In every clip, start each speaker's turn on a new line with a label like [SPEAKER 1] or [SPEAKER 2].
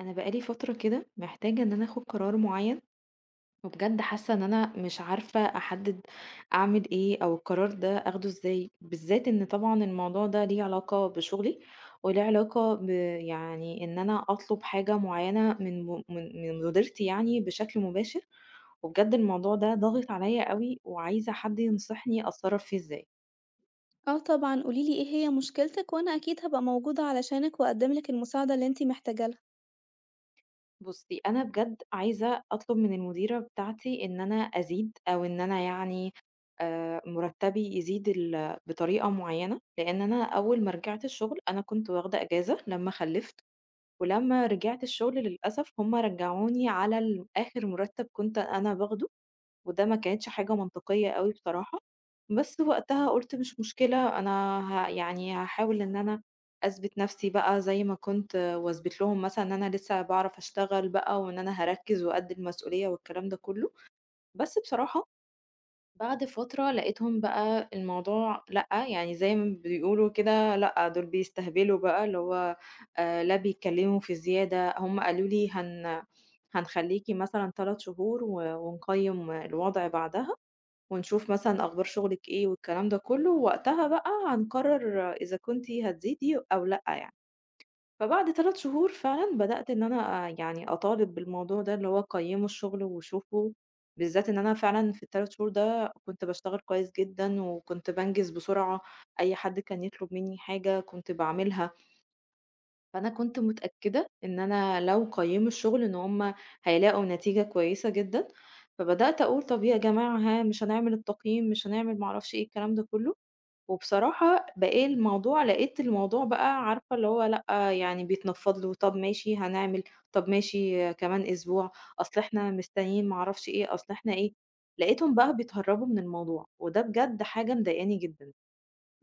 [SPEAKER 1] انا بقالي فتره كده محتاجه ان انا اخد قرار معين. وبجد حاسه ان انا مش عارفه احدد اعمل ايه او القرار ده اخده ازاي، بالذات ان طبعا الموضوع ده ليه علاقه بشغلي وليه علاقه يعني ان انا اطلب حاجه معينه من م- من من مديرتي يعني بشكل مباشر. وبجد الموضوع ده ضاغط عليا قوي وعايزه حد ينصحني اتصرف فيه ازاي.
[SPEAKER 2] آه طبعًا، قولي لي إيه هي مشكلتِك وأنا أكيد هابقى موجودة علشانِك وأقدّم لِك المساعدة اللي أنتِ محتاجة لها.
[SPEAKER 1] بُصّي، أنا بجد عايزة أطلب من المديرة بتاعتي إن أنا أزيد أو إن أنا يعني مُرتّبي يزيد بطريقة معيّنة، لإن أنا أول ما رجعت الشغل أنا كنت واخدة إجازة لمّا خلِّفت، ولمّا رجعت الشغل للأسف هم رجّعوني على آخر مُرتّب كنت أنا باخده، وده ما كانتش حاجة منطقية أوي بصراحة. بس وقتها قُلت مش مشكلة، أنا يعني هاحاول إن أنا أثبت نَفْسي بقى زي ما كنت وأثبت لهم مثلًا إن أنا لسه باعرف أشتغل بقى وإن أنا هاركّز وقد المسؤولية والكلام ده كُلّه. بس بصراحة بعد فترة لقيتهم بقى الموضوع لأ، يعني زي ما بيقولوا كده لأ، دول بيستهبلوا بقى، اللي هو لا بيتكلموا في زيادة، هم قالوا لي: هنخلّيكِ مثلًا 3 شهور و ونقيّم الوضع بعدها." ونشوف مثلًا أخبار شغلِك إيه والكلام ده كلّه، ووقتها بقى هنقرر إذا كنتِ هتزيدي أو لأ يعني. فبعد 3 شهور فعلًا بدأت إن أنا آه، يعني أطالب بالموضوع ده، اللي هو قيّموا الشغل وشوفوا، بالذات إن أنا فعلًا في ال3 شهور ده كنت باشتغل كويس جدًا، وكنت بانجز بسرعة، أي حد كان يطلب منّي حاجة كنت باعملها. فأنا كنت متأكدة إن أنا لو قيّموا الشغل إن هم هيلاقوا نتيجة كويسة جدًا. فبدأت أقول طَب يا جماعة ها مش هنعمل التقييم، مش هنعمل ما أعرفش إيه الكلام ده كلّه، وبصراحة بقى الموضوع لقيت الموضوع بقى عارفة اللي هو لأ، يعني بيتنفّض له، طَب ماشي هنعمل، طَب ماشي كمان أسبوع، أصل إحنا مستنيين ما أعرفش إيه، أصل إحنا إيه، لقيتهم بقى بيتهرّبوا من الموضوع، وده بجد حاجة مضايقاني جدًا.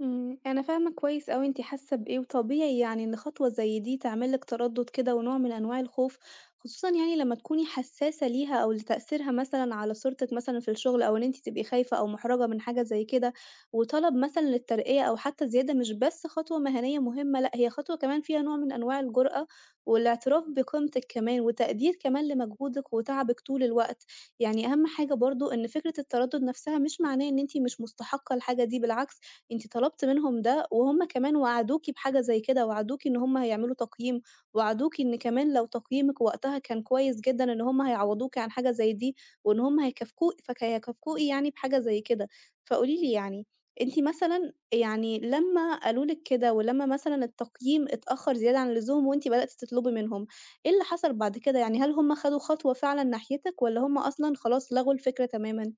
[SPEAKER 2] أنا فاهمة كويس أوي أنتِ حاسة بإيه، وطبيعي يعني إن خطوة زي دي تعمل لِك تردد كده ونوع من أنواع الخوف، خصوصًا يعني لمّا تكوني حساسة ليها أو لتأثيرها مثلًا على صورتِك مثلًا في الشغل، أو إن أنتِ تبقي خايفة أو محرجة من حاجة زي كده، وطلب مثلًا للترقية أو حتى الزيادة مش بس خطوة مهنية مهمة، لأ هي خطوة كمان فيها نوع من أنواع الجرأة، والاعتراف بقيمتِك كمان، وتقدير كمان لمجهودِك وتعبِك طول الوقت، يعني أهم حاجة برضه إن فكرة التردد نفسها مش معناه إن أنتِ مش مستحقة الحاجة دي، بالعكس أنتِ طلبتِ منهم ده، وهُم كمان وعدوكِ بحاجة زي كده، وعدوكِ إن هُم هيعملوا تقييم، وعدوكِ إن كمان لو تقييمِك وقتها كان كويس جدًا إن هُم هيعوّضوكِ عن حاجة زي دي، وإن هُم هيكافئوكِ يعني بحاجة زي كده. فقولي لي يعني، أنتِ مثلًا يعني لمّا قالوا لِك كده، ولمّا مثلًا التقييم اتأخّر زيادة عن اللزوم وأنتِ بدأتِ تطلبي منهم، إيه اللي حصل بعد كده؟ يعني هل هُم خدوا خطوة فعلًا ناحيتِك والّا هُم أصلًا خلاص لغوا الفكرة تمامًا؟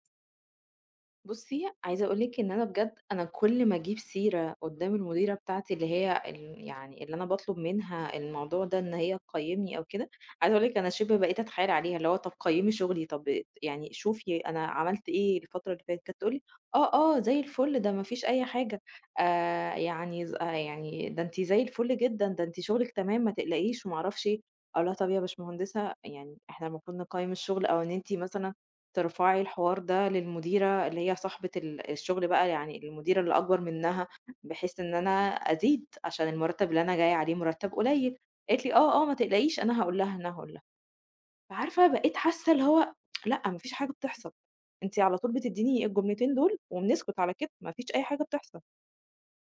[SPEAKER 1] بُصّي، عايزة أقول لِك إن أنا بجد أنا كل ما أجيب سيرة قدّام المديرة بتاعتي اللي هي يعني اللي أنا باطلب منها الموضوع ده إن هي تقيّمني أو كده، عايزة أقول لِك أنا شِبه بقيت أتحايل عليها، اللي هو طَب قيّمي شغلي، طَب يعني شوفي أنا عملت إيه الفترة اللي فاتت، كانت تقول لي: "آه، آه، زي الفل، ده ما فيش أي حاجة، يعني ز آه يعني ده أنتِ زي الفل جدًا، ده أنتِ شغلِك تمام، ما تقلقيش." وما أعرفش إيه. أقول لها: "طَب يا باشمهندسة يعني إحنا المفروض نقيّم الشغل أو إن أنتِ مثلًا ترفعي الحوار ده للمديرة اللي هي صاحبة الشغل بقى، يعني المديرة اللي أكبر منها، بحيث إن أنا أزيد عشان المرتب اللي أنا جاية عليه مرتب قليل،" قالت لي: "آه، آه، ما تقلقيش أنا هاقول لها، إن أنا هاقول لها." فعارفة بقيت حاسة اللي هو لأ، ما فيش حاجة بتحصل، أنتِ على طول بتديني الجملتين دول وبنسكت على كده، ما فيش أي حاجة بتحصل.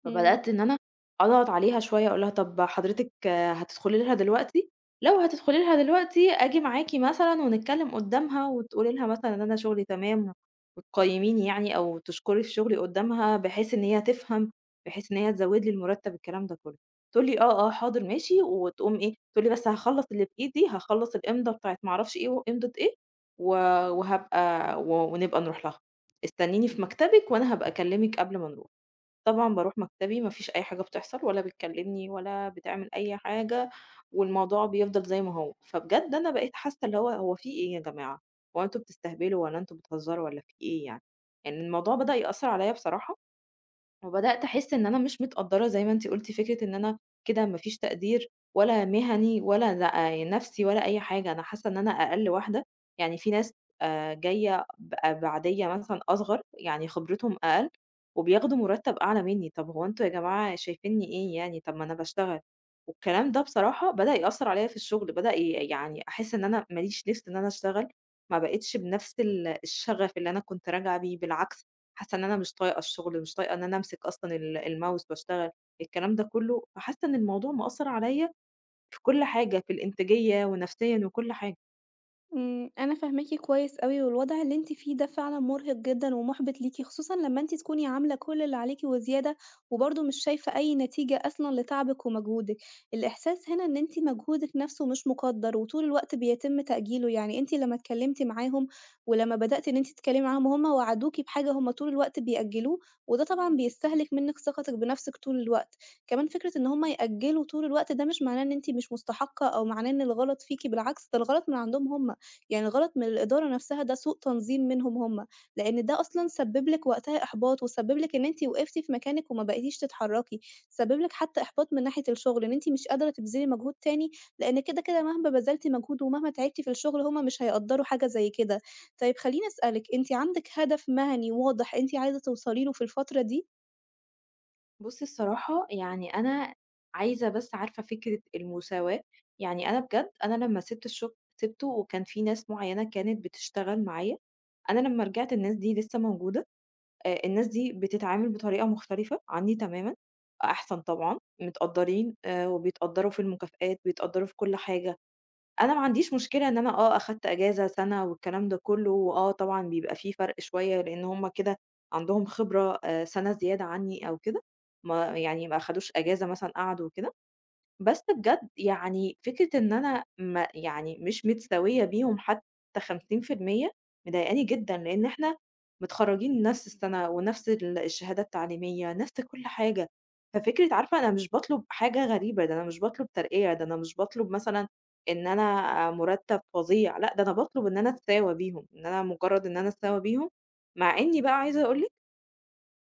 [SPEAKER 2] إمم.
[SPEAKER 1] فبدأت إن أنا أضغط عليها شوية أقول لها طب حضرتِك آه، هتدخلي لها دلوقتي؟ لو هتدخلي لها دلوقتي آجي معاكِ مثلًا ونتكلم قدّامها وتقولي لها مثلًا إن أنا شغلي تمام وتقيّميني يعني أو تشكري في شغلي قدّامها بحيث إن هي تفهم، بحيث إن هي تزوّد لي المرتب الكلام ده كلّه. تقول لي: "آه، آه، حاضر ماشي." وتقوم إيه، تقول لي: "بس هاخلّص اللي في إيدي، هاخلّص الإمضا بتاعة ما أعرفش إيه وإمضة إيه و وهابقى و ونبقى نروح لها. استنيني في مكتبِك وأنا هابقى أكلمِك قبل ما نروح." طبعًا باروح مكتبي، ما فيش أي حاجة بتحصل ولا بتكلمني ولا بتعمل أي حاجة، والموضوع بيفضل زي ما هو. فبجد أنا بقيت حاسة اللي هو هو في إيه يا جماعة، هو أنتم بتستهبلوا والّا أنتم بتهزروا والّا في إيه يعني؟ يعني الموضوع بدأ يأثّر عليَّ بصراحة وبدأت أحس إن أنا مش متقدّرة زي ما أنتِ قُلتِ، فكرة إن أنا كده ما فيش تقدير ولا مهني ولا لأ يعني نَفْسي ولا أي حاجة، أنا حاسة إن أنا أقَل واحدة، يعني في ناس جاية بعادية مثلًا أصغر، يعني خبرتهم أقل وبياخدوا مُرتّب أعلى منّي، طَب هو أنتم يا جماعة شايفينّي إيه يعني، طَب ما أنا باشتغل. والكلام ده بصراحة بدأ يأثّر عليّا في الشغل، بدأ يعني أحس إن أنا ما ليش نِفْس إن أنا أشتغل، ما بقيتش بنَفْس الشغف اللي أنا كنت راجعة بيه، بالعكس. حاسة إن أنا مش طايقة الشغل، مش طايقة إن أنا أمسك أصلًا الMouse وأشتغل، الكلام ده كله، فحاسة إن الموضوع مأثّر عليَّ في كل حاجة، في الإنتاجية ونفسيًا وكل حاجة.
[SPEAKER 2] أنا فاهماكِ كويس أوي، والوضع اللي أنتِ فيه ده فعلًا مرهق جدًا ومُحبِط ليكِ، خصوصًا لمّا أنتِ تكوني عاملة كل اللي عليكِ وزيادة، وبرضه مش شايفة أي نتيجة أصلًا لتعبِك ومجهودِك. الإحساس هنا إن أنتِ مجهودِك نفسه مش مُقدّر، وطول الوقت بيتم تأجيله، يعني أنتِ لمّا اتكلمتِ معاهم، ولمّا بدأتِ إن أنتِ تتكلمي معاهم وهُم وعدوكِ بحاجة هُم طول الوقت بيأجلوه، وده طبعًا بيستهلك منِك ثقتِك بنفسِك طول الوقت. كمان فكرة إن هُم يأجلوا طول الوقت ده مش معناه إن أنتِ مش مستحقة، أو معناه إن الغلط فيكِ، بالعكس ده الغلط من عندهم هُم. يعني غلط من الإدارة نفسها، ده سوء تنظيم منهم هم، لإن ده أصلًا سبِّب لِك وقتها إحباط، وسبِّب لِك إن أنتِ وقفتِ في مكانِك وما بقيتيش تتحرّكي، سبِّب لِك حتى إحباط من ناحية الشغل، إن أنتِ مش قادرة تبذلي مجهود تاني، لإن كده، مهما بذلتِ مجهود ومهما تعبتِ في الشغل، هم مش هيقدّروا حاجة زي كده. طيب خلّيني أسألِك، أنتِ عندِك هدف مهني واضح أنتِ عايزة توصلي له في الفترة دي؟
[SPEAKER 1] بُص الصراحة يعني أنا عايزة بس عارفة فكرة المساواة، يعني أنا بجد أنا لمّا سِبت الشغل سِبته وكان في ناس معيّنة كانت بتشتغل معايا، أنا لمّا رجعت الناس دي لسه موجودة، الناس دي بتتعامل بطريقة مختلفة عنّي تمامًا، أحسن طبعًا، متقدّرين وبيتقدّروا في المكافآت، بيتقدّروا في كل حاجة. أنا ما عنديش مشكلة إن أنا آه، أخدت أجازة سَنة والكلام ده كُلّه، وآه طبعًا بيبقى في فرْق شوية لإن هُم كده عندهم خبرة سَنة زيادة عني أو كده، ما يعني ما أخدوش أجازة مثلًا قعدوا وكده. بس بجد يعني فكرة إن أنا ما يعني مش متساوية بيهم حتى 50% مضايقاني جدًا، لإن إحنا متخرّجين نفس السَنة ونفس الشهادة التعليمية، نفس كل حاجة، ففكرة عارفة أنا مش باطلب حاجة غريبة، ده أنا مش باطلب ترقية، ده أنا مش باطلب مثلًا إن أنا مُرتّب فظيع، لأ ده أنا باطلب إن أنا أتساوى بيهم، إن أنا مجرّد إن أنا أتساوى بيهم، مع إني بقى عايزة أقول لِك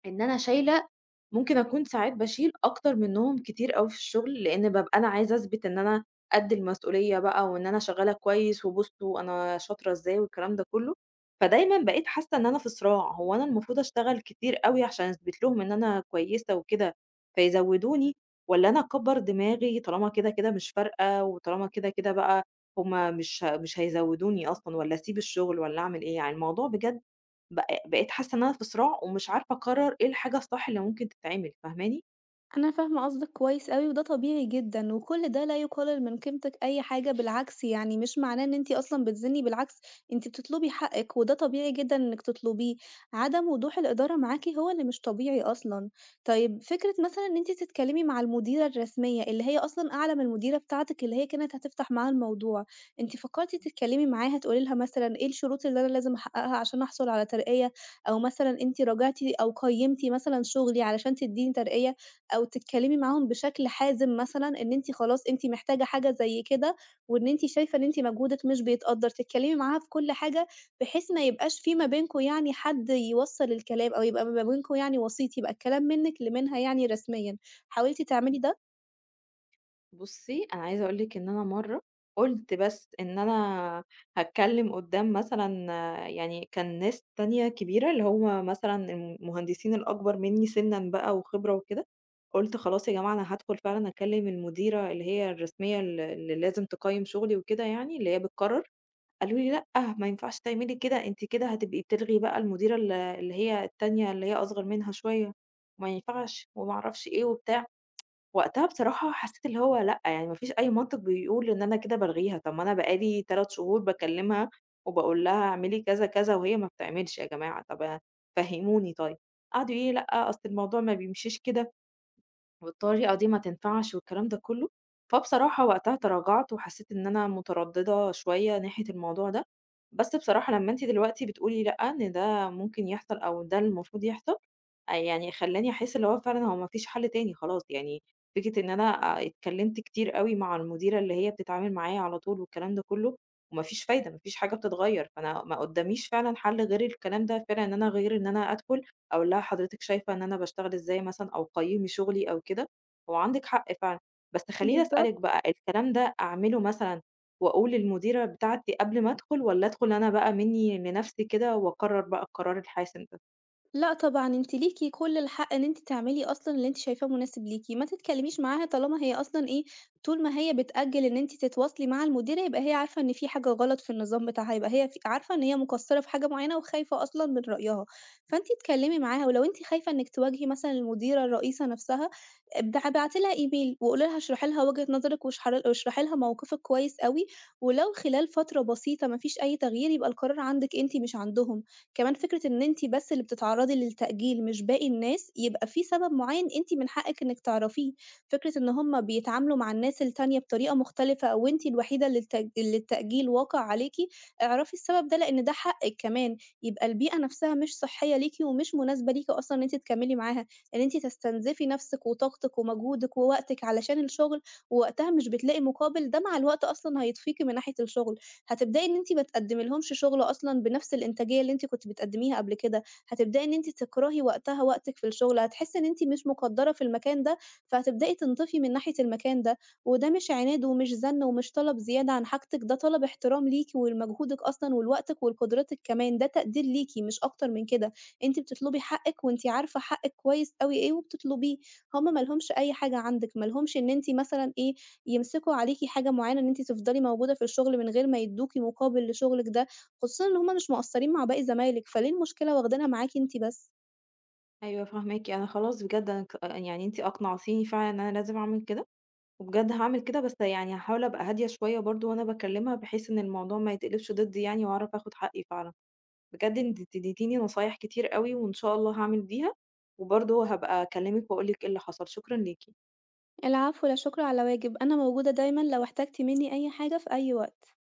[SPEAKER 1] إن أنا شايلة ممكن أكون ساعات باشيل أكتر منّهم كتير أوي في الشغل، لإن بابقى أنا عايزة أثبت إن أنا قد المسؤولية بقى وإن أنا شغّالة كويس وبُصّوا أنا شاطرة إزاي والكلام ده كلّه، فدايمًا بقيت حاسّة إن أنا في صراع، هو أنا المفروض أشتغل كتير أوي عشان أثبت لهم إن أنا كويسة وكده فيزوّدوني والّا أنا أكبّر دماغي طالما كده، كده مش فارقة وطالما كده، كده بقى هم مش هيزوّدوني أصلًا والّا أسيب الشغل والّا أعمل إيه؟ يعني الموضوع بجد بقيت حاسة إن أنا في صراع ومش عارفة أقرّر إيه الحاجة الصح اللي ممكن تتعمل، فاهماني؟
[SPEAKER 2] أنا فاهمة قصدك كويس أوي، وده طبيعي جدًا، وكل ده لا يقلل من قيمتِك أي حاجة، بالعكس يعني مش معناه إن أنتِ أصلًا بتزني، بالعكس أنتِ بتطلبي حقِك، وده طبيعي جدًا إنِك تطلبيه، عدم وضوح الإدارة معاكِ هو اللي مش طبيعي أصلًا. طيب فكرة مثلًا إن أنتِ تتكلمي مع المديرة الرسمية اللي هي أصلًا أعلى من المديرة بتاعتِك اللي هي كانت هتفتح معاها الموضوع، أنتِ فكرتِ تتكلمي معاها تقولي لها مثلًا إيه الشروط اللي أنا لازم أحققها عشان أحصل على ترقية، أو مثلًا أنتِ راجعتِ أو قيمتِ مثلًا شغلي علشان تديني ترقية؟ أو تتكلمي معاهم بشكل حازم مثلًا إن أنتِ خلاص أنتِ محتاجة حاجة زي كده، وإن أنتِ شايفة إن أنتِ مجهودِك مش بيتقدّر، تتكلمي معاها في كل حاجة بحيث ما يبقاش في ما بينكم يعني حد يوصّل الكلام أو يبقى ما بينكم يعني وسيط، يبقى الكلام منِّك لمنها يعني رسميًا، حاولتِ تعملي ده؟
[SPEAKER 1] بُصّي، أنا عايزة أقول لِك إن أنا مرّة قُلت بس إن أنا هاتكلّم قُدّام مثلًا آه، يعني كان ناس تانية كبيرة، اللي هم مثلًا المهندسين الأكبر منّي سِنًا بقى وخبرة وكده، قُلت خلاص يا جماعة أنا هادخل فعلًا أكلّم المديرة اللي هي الرسمية اللي لازم تقيّم شغلي وكده يعني، اللي هي بتقرّر. قالوا لي: "لأ، ما ينفعش تعملي كده، أنتِ كده هتبقي بتلغي بقى المديرة اللي هي التانية اللي هي أصغر منها شوية، وما ينفعش." وما أعرفش إيه وبتاع. وقتها بصراحة حسيت اللي هو لأ، يعني ما فيش أي منطق بيقول إن أنا كده بالغيها، طب ما أنا بقى لي 3 شهور باكلمها وباقول لها اعملي كذا، كذا، وهي ما بتعملش يا جماعة، طب فهموني طيب. قعدوا يقولوا لي: "لأ، أصل الموضوع ما بيمشيش كده." والطريقة دي ما تنفعش والكلام ده كله. فبصراحة وقتها تراجعت وحسيت إن أنا مترددة شوية ناحية الموضوع ده، بس بصراحة لما أنت دلوقتي بتقولي لأ إن ده ممكن يحصل أو ده المفروض يحصل آه يعني خلاني أحس اللي هو فعلا هو مفيش حل تاني خلاص يعني. فكرة إن أنا آه اتكلمت كتير قوي مع المديرة اللي هي بتتعامل معايا على طول والكلام ده كله ومفيش فايدة مفيش حاجة بتتغير، فأنا ما قداميش فعلا حل غير الكلام ده فعلا، إن أنا غير إن أنا أدخل أقول لها حضرتِك شايفة إن أنا باشتغل إزاي مثلًا أو قيّمي شغلي أو كده، هو عندِك حق فعلًا، بس خلّيني أسألِك
[SPEAKER 2] بالضبط.
[SPEAKER 1] بقى الكلام ده أعمله مثلًا وأقول للمديرة بتاعتي قبل ما أدخل والّا أدخل أنا بقى مني لنفسي كده وأقرّر بقى القرار الحاسم ده؟
[SPEAKER 2] لأ طبعًا، أنتِ ليكِ كل الحق إن أنتِ تعملي أصلًا اللي أنتِ شايفاه مناسب ليكِ، ما تتكلميش معاها طالما هي أصلًا إيه، طول ما هي بتأجّل إن أنتِ تتواصلي مع المديرة يبقى هي عارفة إن في حاجة غلط في النظام بتاعها، يبقى هي عارفة إن هي مقصّرة في حاجة معيّنة وخايفة أصلًا من رأيها، فأنتِ اتكلمي معاها، ولو أنتِ خايفة إنِّك تواجهي مثلًا المديرة الرئيسة نفسها، ابعتي لها إيميل وقولي لها اشرحي لها وجهة نظرِك واشرحي لها موقفِك كويس أوي، ولو خلال فترة بسيطة ما فيش أي تغيير يبقى القرار عندِك أنتِ مش عندهم. كمان فكرة إن أنتِ بس اللي بتتعرّضي للتأجيل مش باقي الناس، يبقى في سبب معيّن أنتِ من حقِّك إنِّك تعرفيه، فكرة إن هُم بيتعاملوا مع الناس التانية بطريقة مختلفة أو أنتِ الوحيدة اللي اللي التأجيل واقع عليكِ، اعرفي السبب ده لإن ده حقِّك كمان، يبقى البيئة نفسها مش صحية ليكِ ومش مناسبة ليكِ أصلًا إن أنتِ تكمّلي معاها، إن أنتِ تستنزفي نفسِك وطاقتِك ومجهودِك ووقتِك علشان الشغل، ووقتها مش بتلاقي مقابل، ده مع الوقت أصلًا هيطفيكِ من ناحية الشغل. هتبدئي إن أنتِ ما تقدّمي لهمش شغل أصلًا بنفس الإنتاجية اللي أنتِ كنتِ بتقدّميها قبل كده، هتبدئي إن أنتِ تكرهي وقتها وقتِك في الشغل، هتحسّي إن أنتِ مش مُقدّرة في المكان ده، فهتبدئي تنطفي من ناحية المكان ده، وده مش عناد ومش زَن ومش طلب زيادة عن حاجتِك، ده طلب احترام ليكِ ولمجهودِك أصلًا ولوقتِك ولقدرتِك كمان، ده تقدير ليكِ مش أكتر من كده، أنتِ بتطلبي حقِّك وأنتِ عارفة حقِّك كويس أوي إيه وبتطلبيه، هُم ما لهمش أي حاجة عندِك، ما لهمش إن أنتِ مثلًا إيه، يمسكوا عليكِ حاجة معيّنة إن أنتِ تفضلي موجودة في الشغل من غير ما يدّوكِ مقابل لشغلِك ده، خصوصًا إن هُم مش مقصّرين مع باقي زمايلِك، فليه المشكلة واخدينها معاكِ أنتِ بس؟
[SPEAKER 1] أيوه فاهماكِ، أنا خلاص بجد أنا يعني أنتِ أقنعتيني فعلًا إن أنا لازم أعمل كده، وبجد هاعمل كده بس يعني هاحاول أبقى هادية شوية برضه وأنا باكلمها بحيث إن الموضوع ما يتقلبش ضدي يعني وأعرف آخد حقي فعلًا. بجد أنتِ اديتيني نصايح كتير أوي وإن شاء الله هاعمل بيها، وبرضه هابقى أكلمِك وأقول لِك إيه اللي حصل، شكرًا ليكِ.
[SPEAKER 2] العفو، لا شكر على واجب، أنا موجودة دايمًا لو احتجتِ منّي أي حاجة في أي وقت.